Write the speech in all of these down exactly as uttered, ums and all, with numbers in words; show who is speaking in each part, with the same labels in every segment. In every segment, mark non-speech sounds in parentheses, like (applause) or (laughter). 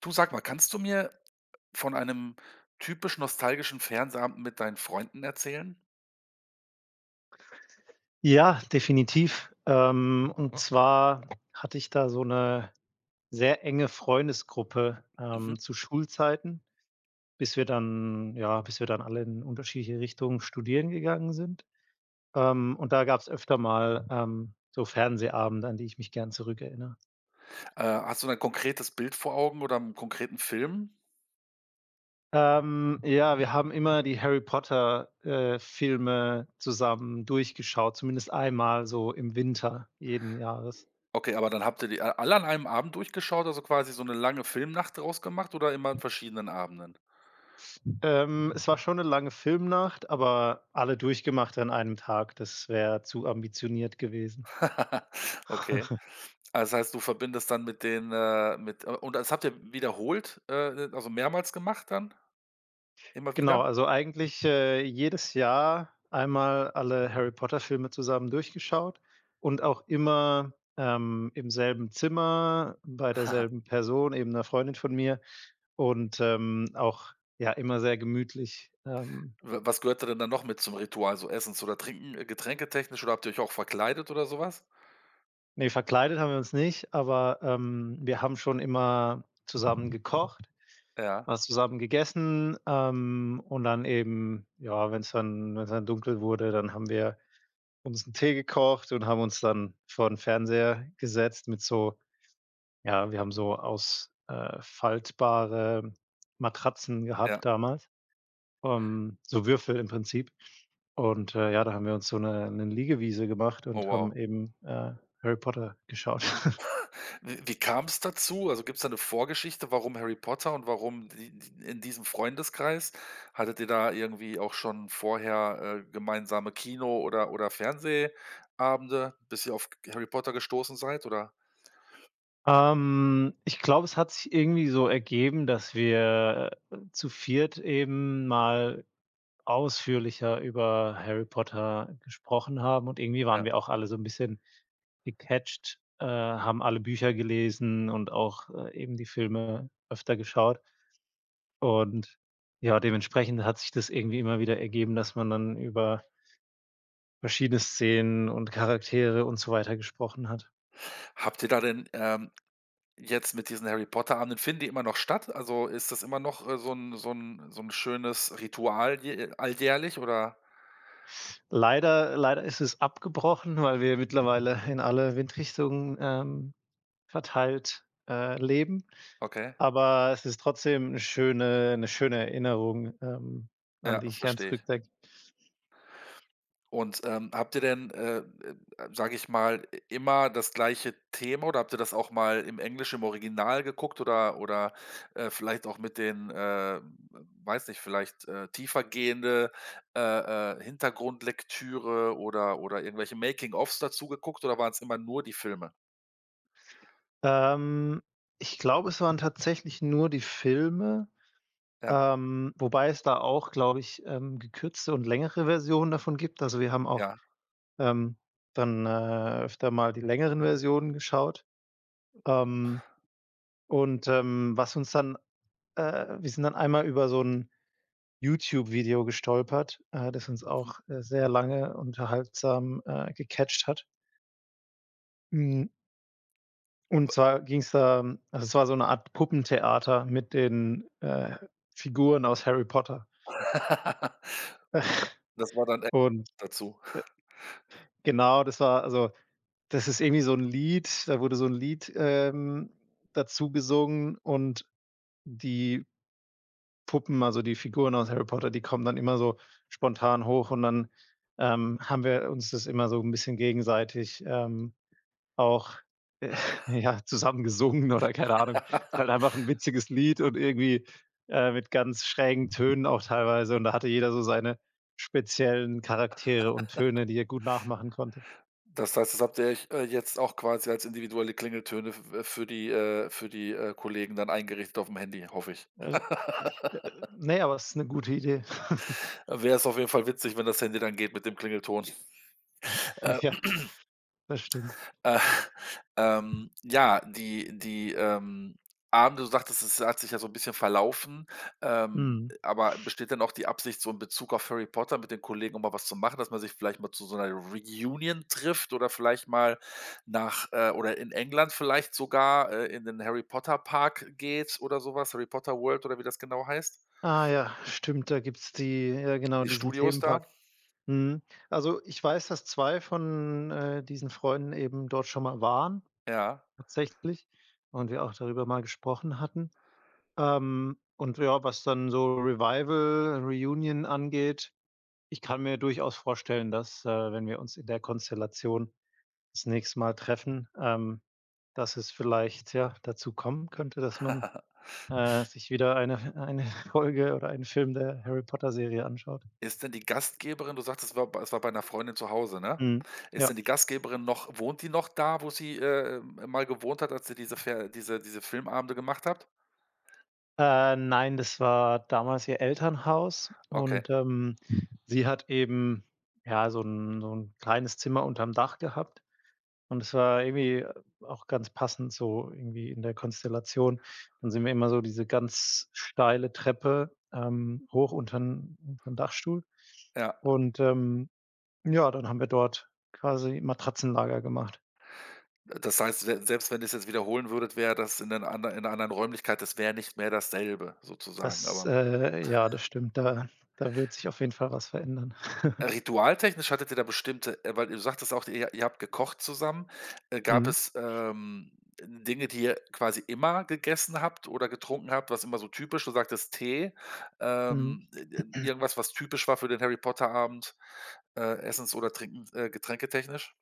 Speaker 1: Du sag mal, kannst du mir von einem typisch nostalgischen Fernsehabend mit deinen Freunden erzählen?
Speaker 2: Ja, definitiv. Ähm, und zwar hatte ich da so 'ne sehr enge Freundesgruppe,
Speaker 1: Mhm.
Speaker 2: ähm, zu Schulzeiten, bis wir dann ja, bis wir dann alle in unterschiedliche Richtungen studieren gegangen sind. Ähm, und da gab's öfter mal, ähm, so Fernsehabende, an die ich mich gern zurückerinnere.
Speaker 1: Äh, hast du da 'n konkretes Bild vor Augen oder einen konkreten Film?
Speaker 2: Ähm, ja, wir haben immer die Harry Potter, äh, Filme zusammen durchgeschaut, zumindest einmal so im Winter jeden Jahres.
Speaker 1: Okay, aber dann habt ihr die a alle an einem Abend durchgeschaut, also quasi so eine lange Filmnacht draus gemacht oder immer an verschiedenen Abenden?
Speaker 2: Ähm, es war schon eine lange Filmnacht, aber alle durchgemacht an einem Tag. Das wäre zu ambitioniert gewesen.
Speaker 1: (laughs) Okay. Also, das heißt, du verbindest dann mit den, äh mit äh, und das habt ihr wiederholt, äh, also mehrmals gemacht dann? Immer
Speaker 2: Genau,
Speaker 1: wieder?
Speaker 2: also eigentlich, äh, jedes Jahr einmal alle Harry-Potter-Filme zusammen durchgeschaut und auch immer, ähm, im selben Zimmer, bei derselben
Speaker 1: (laughs)
Speaker 2: Person, eben einer Freundin von mir und, ähm, auch, ja, immer sehr gemütlich. Ähm,
Speaker 1: W Was gehörte denn dann noch mit zum Ritual, so essens oder trinken, äh, getränketechnisch, oder habt ihr euch auch verkleidet oder sowas?
Speaker 2: ne, verkleidet haben wir uns nicht, aber, ähm, wir haben schon immer zusammen gekocht,
Speaker 1: Ja,
Speaker 2: was zusammen gegessen, ähm, und dann eben, ja, wenn es dann wenn es dann dunkel wurde, dann haben wir uns einen Tee gekocht und haben uns dann vor den Fernseher gesetzt mit so, ja, wir haben so aus äh, faltbare Matratzen
Speaker 1: ja.
Speaker 2: gehabt damals, ähm, so Würfel im Prinzip. Und, äh, ja, da haben wir uns so eine 'ne Liegewiese gemacht
Speaker 1: Oh,
Speaker 2: und haben
Speaker 1: wow.
Speaker 2: eben, äh, Harry Potter geschaut.
Speaker 1: Wie wie kam es dazu? Also, gibt es da eine Vorgeschichte, warum Harry Potter und warum die die in diesem Freundeskreis? Hattet ihr da irgendwie auch schon vorher, äh, gemeinsame Kino oder oder Fernsehabende, bis ihr auf Harry Potter gestoßen seid, oder?
Speaker 2: Ähm, ich glaube, es hat sich irgendwie so ergeben, dass wir, äh, zu viert eben mal ausführlicher über Harry Potter gesprochen haben, und irgendwie waren
Speaker 1: Ja.
Speaker 2: wir auch alle so ein bisschen gecatcht, äh, haben alle Bücher gelesen und auch, äh, eben die Filme öfter geschaut. Und ja, dementsprechend hat sich das irgendwie immer wieder ergeben, dass man dann über verschiedene Szenen und Charaktere und so weiter gesprochen hat.
Speaker 1: Habt ihr da denn, ähm, jetzt mit diesen Harry Potter-Abenden, finden die immer noch statt? Also, ist das immer noch, äh, so ein so ein so ein schönes Ritual, je äh, alljährlich oder?
Speaker 2: Leider leider ist es abgebrochen, (laughs) weil wir mittlerweile in alle Windrichtungen, ähm, verteilt, äh, leben.
Speaker 1: Okay.
Speaker 2: Aber es ist trotzdem eine schöne eine schöne Erinnerung, ähm, an
Speaker 1: Ja,
Speaker 2: die ich gern
Speaker 1: verstehe ich.
Speaker 2: zurückdenke.
Speaker 1: Und, ähm, habt ihr denn, äh, äh, sage ich mal, immer das gleiche Thema, oder habt ihr das auch mal im Englisch im Original geguckt oder oder, äh, vielleicht auch mit den, äh, weiß nicht, vielleicht, äh, tiefergehende, äh, äh, Hintergrundlektüre oder oder irgendwelche Making-ofs dazu geguckt, oder waren es immer nur die Filme?
Speaker 2: Ähm, Ich glaube, es waren tatsächlich nur die Filme,
Speaker 1: Ja,
Speaker 2: ähm, wobei es da auch, glaube ich, ähm, gekürzte und längere Versionen davon gibt. Also, wir haben auch,
Speaker 1: ja.
Speaker 2: ähm, dann, äh, öfter mal die längeren Versionen geschaut. Ähm, und, ähm, was uns dann Äh, wir sind dann einmal über so ein YouTube-Video gestolpert, äh, das uns
Speaker 1: Mhm.
Speaker 2: auch, äh, sehr lange unterhaltsam, äh, gecatcht hat. Hm, und zwar ging es da, also, es war so eine Art Puppentheater mit den, äh, Figuren aus Harry Potter.
Speaker 1: (laughs) Das war dann e
Speaker 2: Und
Speaker 1: dazu.
Speaker 2: genau, das war also, das ist irgendwie so ein Lied, da wurde so ein Lied, ähm, dazu gesungen, und die Puppen, also die Figuren aus Harry Potter, die kommen dann immer so spontan hoch, und dann ähm, haben wir uns das immer so ein bisschen gegenseitig, ähm, auch, äh, (laughs) ja, zusammen gesungen oder keine Ahnung. Ist halt einfach ein witziges Lied und irgendwie, äh, mit ganz schrägen Tönen auch teilweise, und da hatte jeder so seine speziellen Charaktere und Töne, die er gut nachmachen konnte.
Speaker 1: Das heißt, das habt ihr euch, äh, jetzt auch quasi als individuelle Klingeltöne, f äh, für die äh, für die, äh, Kollegen dann eingerichtet auf dem Handy, hoffe ich.
Speaker 2: Äh, äh, ne, aber es ist eine gute Idee. (laughs)
Speaker 1: Wäre es auf jeden Fall witzig, wenn das Handy dann geht mit dem Klingelton. Äh,
Speaker 2: Ja, das stimmt.
Speaker 1: Äh, (laughs) ähm, ja, die die, ähm, Abende, du sagtest, es hat sich ja so ein bisschen verlaufen, ähm,
Speaker 2: Mhm.
Speaker 1: aber besteht denn auch die Absicht, so in Bezug auf Harry Potter mit den Kollegen um mal was zu machen, dass man sich vielleicht mal zu so einer Reunion trifft, oder vielleicht mal nach äh, oder in England vielleicht sogar, äh, in den Harry Potter Park geht oder sowas, Harry Potter World oder wie das genau heißt?
Speaker 2: Ah ja, stimmt, da gibt's die, ja, genau,
Speaker 1: Die
Speaker 2: diesen
Speaker 1: Studios da?
Speaker 2: Themenpark. Mhm. Also, ich weiß, dass zwei von, äh, diesen Freunden eben dort schon mal waren,
Speaker 1: Ja.
Speaker 2: tatsächlich, und wir auch darüber mal gesprochen hatten. Ähm, und ja, was dann so Revival, Reunion angeht, ich kann mir durchaus vorstellen, dass, äh, wenn wir uns in der Konstellation das nächste Mal treffen, ähm, dass es vielleicht, ja, dazu kommen könnte, dass man, äh, sich wieder eine eine (laughs) Folge oder einen Film der Harry-Potter-Serie anschaut.
Speaker 1: Ist denn die Gastgeberin, du sagtest, es war bei es war bei einer Freundin zu Hause, ne?
Speaker 2: Mhm.
Speaker 1: Ist
Speaker 2: Ja.
Speaker 1: denn die Gastgeberin noch, wohnt die noch da, wo sie, äh, mal gewohnt hat, als ihr diese Fer diese diese Filmabende gemacht habt?
Speaker 2: Äh, nein, das war damals ihr Elternhaus,
Speaker 1: Okay,
Speaker 2: und, ähm, sie hat eben, ja, so ein so 'n kleines Zimmer unterm Dach gehabt, und es war irgendwie, äh, auch ganz passend so irgendwie in der Konstellation. Dann sind wir immer so diese ganz steile Treppe, ähm, hoch unter untern Dachstuhl,
Speaker 1: ja.
Speaker 2: und, ähm, ja, dann haben wir dort quasi Matratzenlager gemacht.
Speaker 1: Das heißt, se selbst wenn ihr es jetzt wiederholen würdet, wäre das in den ander in einer anderen Räumlichkeit, das wäre nicht mehr dasselbe sozusagen,
Speaker 2: Das,
Speaker 1: aber
Speaker 2: äh ja, das stimmt, da da wird sich auf jeden Fall was verändern.
Speaker 1: ritualtechnisch hattet ihr da bestimmte, äh, weil du sagtest auch, ihr ihr habt gekocht zusammen. Äh, gab es, ähm, Dinge, die ihr quasi immer gegessen habt oder getrunken habt, was immer so typisch, du sagtest Tee,
Speaker 2: (laughs) Mhm.
Speaker 1: ähm, i irgendwas, was typisch war für den Harry-Potter-Abend, äh, essens oder trinkens, äh, getränketechnisch?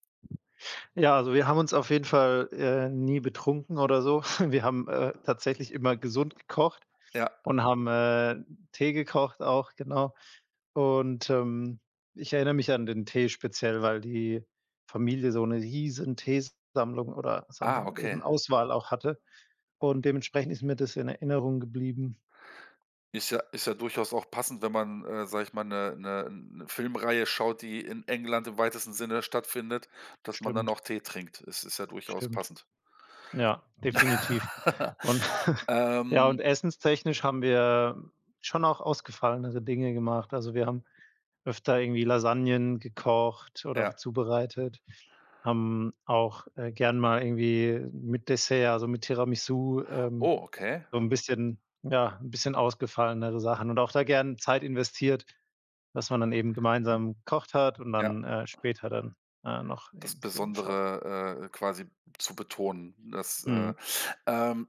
Speaker 2: Ja, also wir haben uns auf jeden Fall, äh, nie betrunken oder so. (laughs) Wir haben, äh, tatsächlich immer gesund gekocht
Speaker 1: Ja.
Speaker 2: und haben, äh, Tee gekocht auch, genau. Und, ähm, ich erinnere mich an den Tee speziell, weil die Familie so eine riesen Teesammlung oder
Speaker 1: Ah,
Speaker 2: Sammlung
Speaker 1: okay.
Speaker 2: eben Auswahl auch hatte. Und dementsprechend ist mir das in Erinnerung geblieben.
Speaker 1: Ist ja ist ja durchaus auch passend, wenn man, äh, sage ich mal, eine Filmreihe schaut, die in England im weitesten Sinne stattfindet, dass man dann
Speaker 2: Stimmt,
Speaker 1: auch Tee trinkt. Es ist ja durchaus
Speaker 2: stimmt.
Speaker 1: passend.
Speaker 2: Ja, definitiv.
Speaker 1: (laughs)
Speaker 2: Und (laughs) ja,
Speaker 1: Ähm,
Speaker 2: und essenstechnisch haben wir schon auch ausgefallenere Dinge gemacht. Also, wir haben öfter irgendwie Lasagnen gekocht oder
Speaker 1: ja.
Speaker 2: zubereitet, haben auch, äh, gern mal irgendwie mit Dessert, also mit Tiramisu, ähm,
Speaker 1: Oh, okay.
Speaker 2: so ein bisschen, ja, ein bisschen ausgefallenere Sachen und auch da gern Zeit investiert, dass man dann eben gemeinsam gekocht hat und
Speaker 1: Ja,
Speaker 2: dann, äh, später dann, äh, noch
Speaker 1: das
Speaker 2: eben Film geschaut hat.
Speaker 1: Besondere, äh, quasi zu betonen. Das, äh,
Speaker 2: Mhm.
Speaker 1: ähm,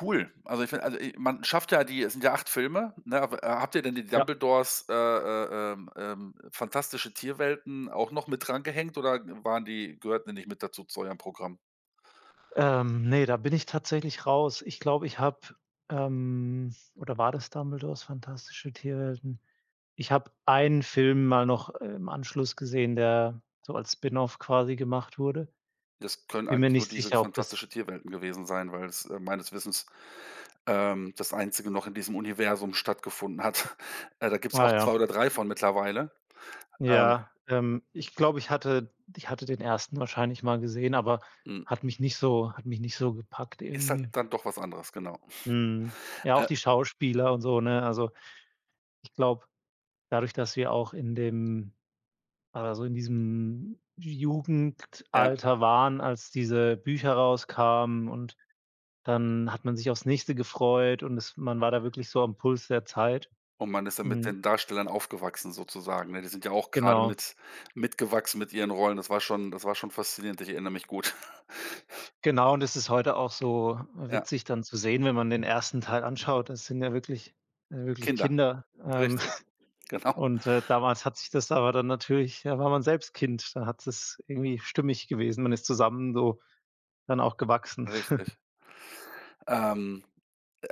Speaker 1: cool. Also, ich finde, also, i man schafft ja die, es sind ja acht Filme, ne? Aber, äh, habt ihr denn die Dumbledores, äh, äh, ähm, ähm, Fantastische Tierwelten auch noch mit drangehängt, oder waren die, gehörten die nicht mit dazu zu eurem Programm?
Speaker 2: Ähm, ne, da bin ich tatsächlich raus. Ich glaube, ich habe, ähm oder war das Dumbledores Fantastische Tierwelten? Ich habe einen Film mal noch äh, im Anschluss gesehen, der so als Spin-off quasi gemacht wurde.
Speaker 1: Das können
Speaker 2: Bin mir
Speaker 1: eigentlich nur
Speaker 2: nicht
Speaker 1: diese
Speaker 2: sicher, ob das
Speaker 1: Fantastische Tierwelten gewesen sein, weil es, äh, meines Wissens, ähm, das einzige noch in diesem Universum stattgefunden hat. (laughs) Äh, da gibt's
Speaker 2: Ah
Speaker 1: auch
Speaker 2: ja.
Speaker 1: zwei oder drei von mittlerweile. Ähm,
Speaker 2: Ja, ähm, ich glaube, ich hatte ich hatte den ersten wahrscheinlich mal gesehen, aber
Speaker 1: hm,
Speaker 2: hat mich nicht so hat mich nicht so gepackt
Speaker 1: Ist halt
Speaker 2: irgendwie.
Speaker 1: dann doch was anderes, genau.
Speaker 2: Mhm. Ja, auch
Speaker 1: Äh,
Speaker 2: die Schauspieler und so, ne? Also, ich glaube, dadurch, dass wir auch in dem Aber so in diesem
Speaker 1: ja,
Speaker 2: Jugendalter waren, als diese Bücher rauskamen, und dann hat man sich aufs nächste gefreut, und es man war da wirklich so am Puls der Zeit.
Speaker 1: und man ist dann mit
Speaker 2: Mhm.
Speaker 1: den Darstellern aufgewachsen sozusagen, ne? Die sind ja auch gerade
Speaker 2: Genau.
Speaker 1: mit mitgewachsen mit ihren Rollen. Das war schon das war schon faszinierend. Ich erinnere mich gut. (laughs)
Speaker 2: Genau, und das ist heute auch so
Speaker 1: Ja,
Speaker 2: witzig dann zu sehen, wenn man den ersten Teil anschaut. Das sind ja wirklich äh, wirklich
Speaker 1: Kinder,
Speaker 2: Kinder. Ähm,
Speaker 1: richtig,
Speaker 2: (laughs)
Speaker 1: genau,
Speaker 2: und, äh, damals hat sich das aber dann natürlich, da war man selbst Kind, da hat es irgendwie stimmig gewesen. Man ist zusammen so dann auch gewachsen.
Speaker 1: richtig. Ähm.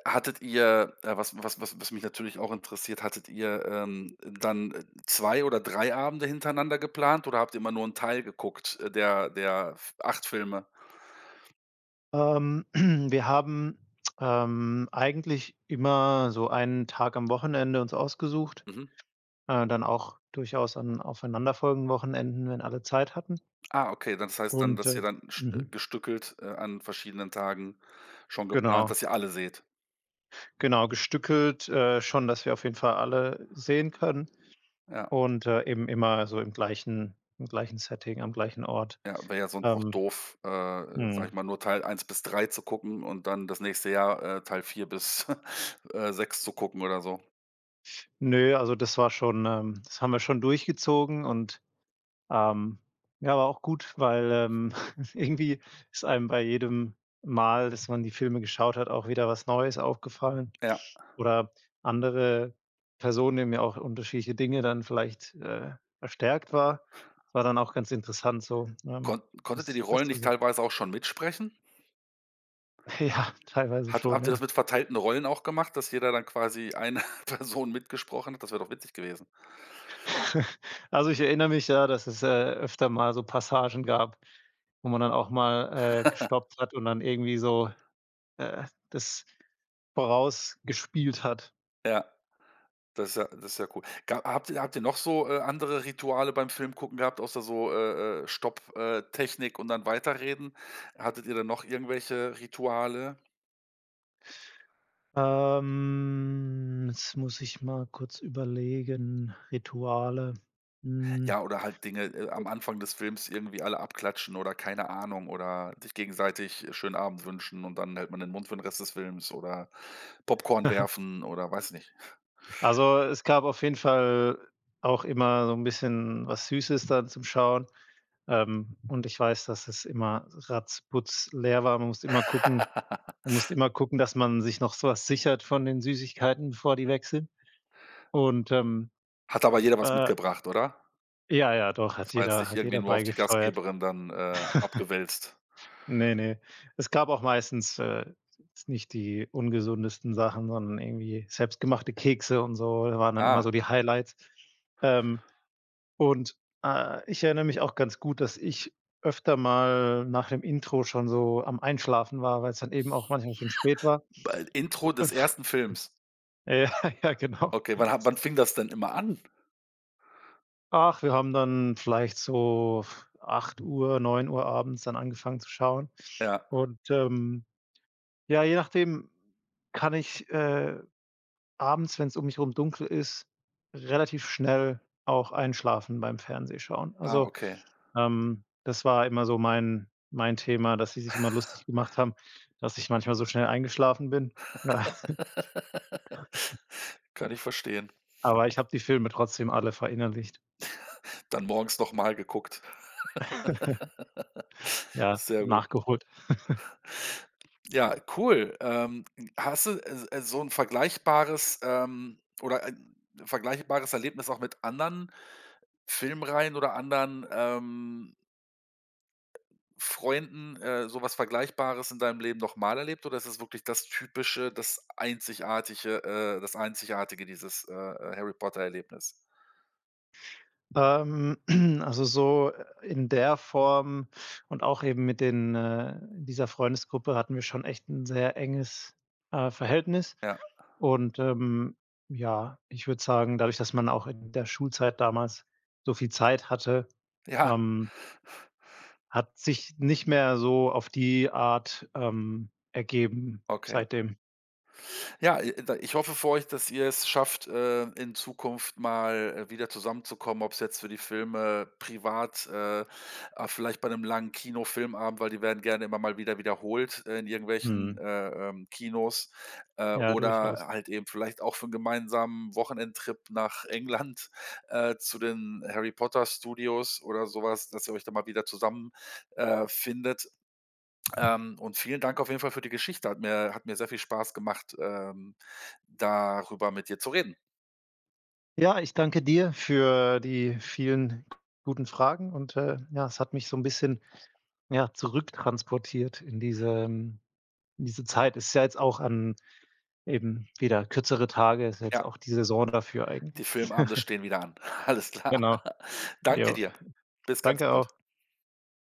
Speaker 1: Hattet ihr, äh, was was was was mich natürlich auch interessiert, hattet ihr, ähm, dann, äh, zwei oder drei Abende hintereinander geplant, oder habt ihr immer nur einen Teil geguckt, äh, der der F acht Filme?
Speaker 2: Ähm, (clears throat) wir haben, ähm, eigentlich immer so einen Tag am Wochenende uns ausgesucht,
Speaker 1: Mhm.
Speaker 2: äh, dann auch durchaus an aufeinanderfolgenden Wochenenden, wenn alle Zeit hatten.
Speaker 1: Ah, okay, dann, das heißt dann,
Speaker 2: Und,
Speaker 1: dass
Speaker 2: äh
Speaker 1: ihr dann sch äh,
Speaker 2: mhm,
Speaker 1: gestückelt, äh, an verschiedenen Tagen schon geplant,
Speaker 2: genau,
Speaker 1: dass ihr alle seht.
Speaker 2: genau, gestückelt, äh, schon, dass wir auf jeden Fall alle sehen können,
Speaker 1: Ja,
Speaker 2: und, äh, eben immer so im gleichen im gleichen Setting, am gleichen Ort.
Speaker 1: ja, wäre ja sonst auch
Speaker 2: Ähm,
Speaker 1: doof, äh, sage ich
Speaker 2: mhm.
Speaker 1: mal, nur Teil eins bis drei zu gucken und dann das nächste Jahr, äh, Teil vier bis, (laughs) äh, sechs zu gucken oder so.
Speaker 2: Ne, also das war schon, ähm das haben wir schon durchgezogen. und Ähm, ja, aber auch gut, weil, ähm, (laughs) irgendwie ist einem bei jedem Mal, dass man die Filme geschaut hat, auch wieder was Neues aufgefallen
Speaker 1: Ja.
Speaker 2: oder andere Personen, denen mir auch unterschiedliche Dinge dann vielleicht, äh, verstärkt war. Es war dann auch ganz interessant so, ähm,
Speaker 1: Kon konntet ihr die
Speaker 2: das das
Speaker 1: Rollen
Speaker 2: zu
Speaker 1: nicht
Speaker 2: sehen.
Speaker 1: teilweise auch schon mitsprechen?
Speaker 2: (laughs) Ja, teilweise
Speaker 1: Hat
Speaker 2: schon,
Speaker 1: habt ihr
Speaker 2: ja.
Speaker 1: das mit verteilten Rollen auch gemacht, dass jeder dann quasi eine (laughs) Person mitgesprochen hat? Das wäre doch witzig gewesen.
Speaker 2: (laughs) Also, ich erinnere mich, ja, dass es, äh, öfter mal so Passagen gab, wo man dann auch mal, äh, gestoppt hat und dann irgendwie so äh, das vorausgespielt hat.
Speaker 1: Ja, das ist ja das ist ja cool. Ga habt ihr habt ihr noch so, äh, andere Rituale beim Film gucken gehabt, außer so, äh, äh, Stopp, äh, Technik und dann weiterreden? Hattet ihr dann noch irgendwelche Rituale?
Speaker 2: Ähm, jetzt muss ich mal kurz überlegen. Rituale. Hm,
Speaker 1: Ja, oder halt Dinge, äh, am Anfang des Films irgendwie alle abklatschen oder keine Ahnung, oder sich gegenseitig, äh, schönen Abend wünschen und dann hält man den Mund für den Rest des Films, oder Popcorn werfen oder weiß nicht.
Speaker 2: also, es gab auf jeden Fall auch immer so ein bisschen was Süßes dann zum Schauen. Ähm, und ich weiß, dass es immer ratzputz leer war. Man musste immer gucken man musste immer gucken, dass man sich noch sowas sichert von den Süßigkeiten, bevor die weg sind. Und, ähm,
Speaker 1: Hat aber jeder was
Speaker 2: äh
Speaker 1: mitgebracht, oder?
Speaker 2: ja, ja, doch, hat
Speaker 1: Das war jetzt
Speaker 2: jeder
Speaker 1: nicht
Speaker 2: hat
Speaker 1: irgendwie
Speaker 2: jeder
Speaker 1: nur auf die
Speaker 2: beigesteuert.
Speaker 1: Gastgeberin dann, äh, abgewälzt.
Speaker 2: Ne, ne. Es gab auch meistens, äh, jetzt nicht die ungesundesten Sachen, sondern irgendwie selbstgemachte Kekse und so, da waren dann immer
Speaker 1: Ah,
Speaker 2: so die Highlights. Ähm, und, äh, Ich erinnere mich auch ganz gut, dass ich öfter mal nach dem Intro schon so am Einschlafen war, weil es dann eben auch manchmal schon spät war.
Speaker 1: bei Intro des
Speaker 2: (laughs)
Speaker 1: ersten Films.
Speaker 2: Ja, ja, genau.
Speaker 1: Okay, wann ha wann fing das denn immer an?
Speaker 2: Ach, wir haben dann vielleicht so acht Uhr, neun Uhr abends dann angefangen zu schauen.
Speaker 1: Ja.
Speaker 2: Und, ähm, ja, je nachdem, kann ich, äh abends, wenn es um mich herum dunkel ist, relativ schnell auch einschlafen beim Fernsehschauen.
Speaker 1: Ah,
Speaker 2: Also,
Speaker 1: okay.
Speaker 2: ähm, das war immer so mein mein Thema, dass sie sich immer lustig gemacht haben, dass ich manchmal so schnell eingeschlafen bin. Ja, (laughs)
Speaker 1: (laughs) Kann ich verstehen.
Speaker 2: aber ich habe die Filme trotzdem alle verinnerlicht.
Speaker 1: Dann morgens noch mal geguckt.
Speaker 2: (laughs) Ja,
Speaker 1: Sehr gut.
Speaker 2: nachgeholt.
Speaker 1: Ja, cool. Ähm, hast du, äh, äh, so 'n vergleichbares, ähm oder ein vergleichbares Erlebnis auch mit anderen Filmreihen oder anderen, ähm Freunden, äh, so Vergleichbares in deinem Leben noch mal erlebt, oder ist es wirklich das typische, das einzigartige, äh, das einzigartige dieses, äh, äh, Harry-Potter-Erlebnis?
Speaker 2: Ähm, (clears throat) also so in der Form und auch eben mit den äh, in dieser Freundesgruppe hatten wir schon echt ein sehr enges, äh, Verhältnis.
Speaker 1: Ja.
Speaker 2: Und, ähm, ja, ich würde sagen, dadurch, dass man auch in der Schulzeit damals so viel Zeit hatte,
Speaker 1: Ja,
Speaker 2: ähm, hat sich nicht mehr so auf die Art, ähm, ergeben
Speaker 1: okay.
Speaker 2: seitdem.
Speaker 1: Ja, äh, da, ich hoffe für euch, dass ihr es schafft, äh, in Zukunft mal, äh, wieder zusammenzukommen, ob es jetzt für die Filme privat, äh, ah, vielleicht bei einem langen Kinofilmabend, weil die werden gerne immer mal wieder wiederholt, äh, in irgendwelchen,
Speaker 2: Mhm.
Speaker 1: äh, ähm, Kinos, äh,
Speaker 2: Ja,
Speaker 1: oder
Speaker 2: durchaus.
Speaker 1: halt eben vielleicht auch für einen gemeinsamen Wochenendtrip nach England, äh, zu den Harry-Potter-Studios oder sowas, dass ihr euch da mal wieder zusammen, äh, findet. Ähm, und vielen Dank auf jeden Fall für die Geschichte. Hat mir hat mir sehr viel Spaß gemacht, ähm, darüber mit dir zu reden.
Speaker 2: Ja, ich danke dir für die vielen guten Fragen, und, äh, ja, es hat mich so ein bisschen, ja, zurücktransportiert in diese ähm, in diese Zeit. Ist ja jetzt auch an eben wieder kürzere Tage, ist ja jetzt
Speaker 1: Ja,
Speaker 2: auch die Saison dafür
Speaker 1: die
Speaker 2: eigentlich.
Speaker 1: Filmabende
Speaker 2: (laughs)
Speaker 1: stehen wieder an. (laughs) Alles klar.
Speaker 2: Genau,
Speaker 1: Danke
Speaker 2: jo.
Speaker 1: dir. Bis ganz
Speaker 2: Danke
Speaker 1: bald.
Speaker 2: auch.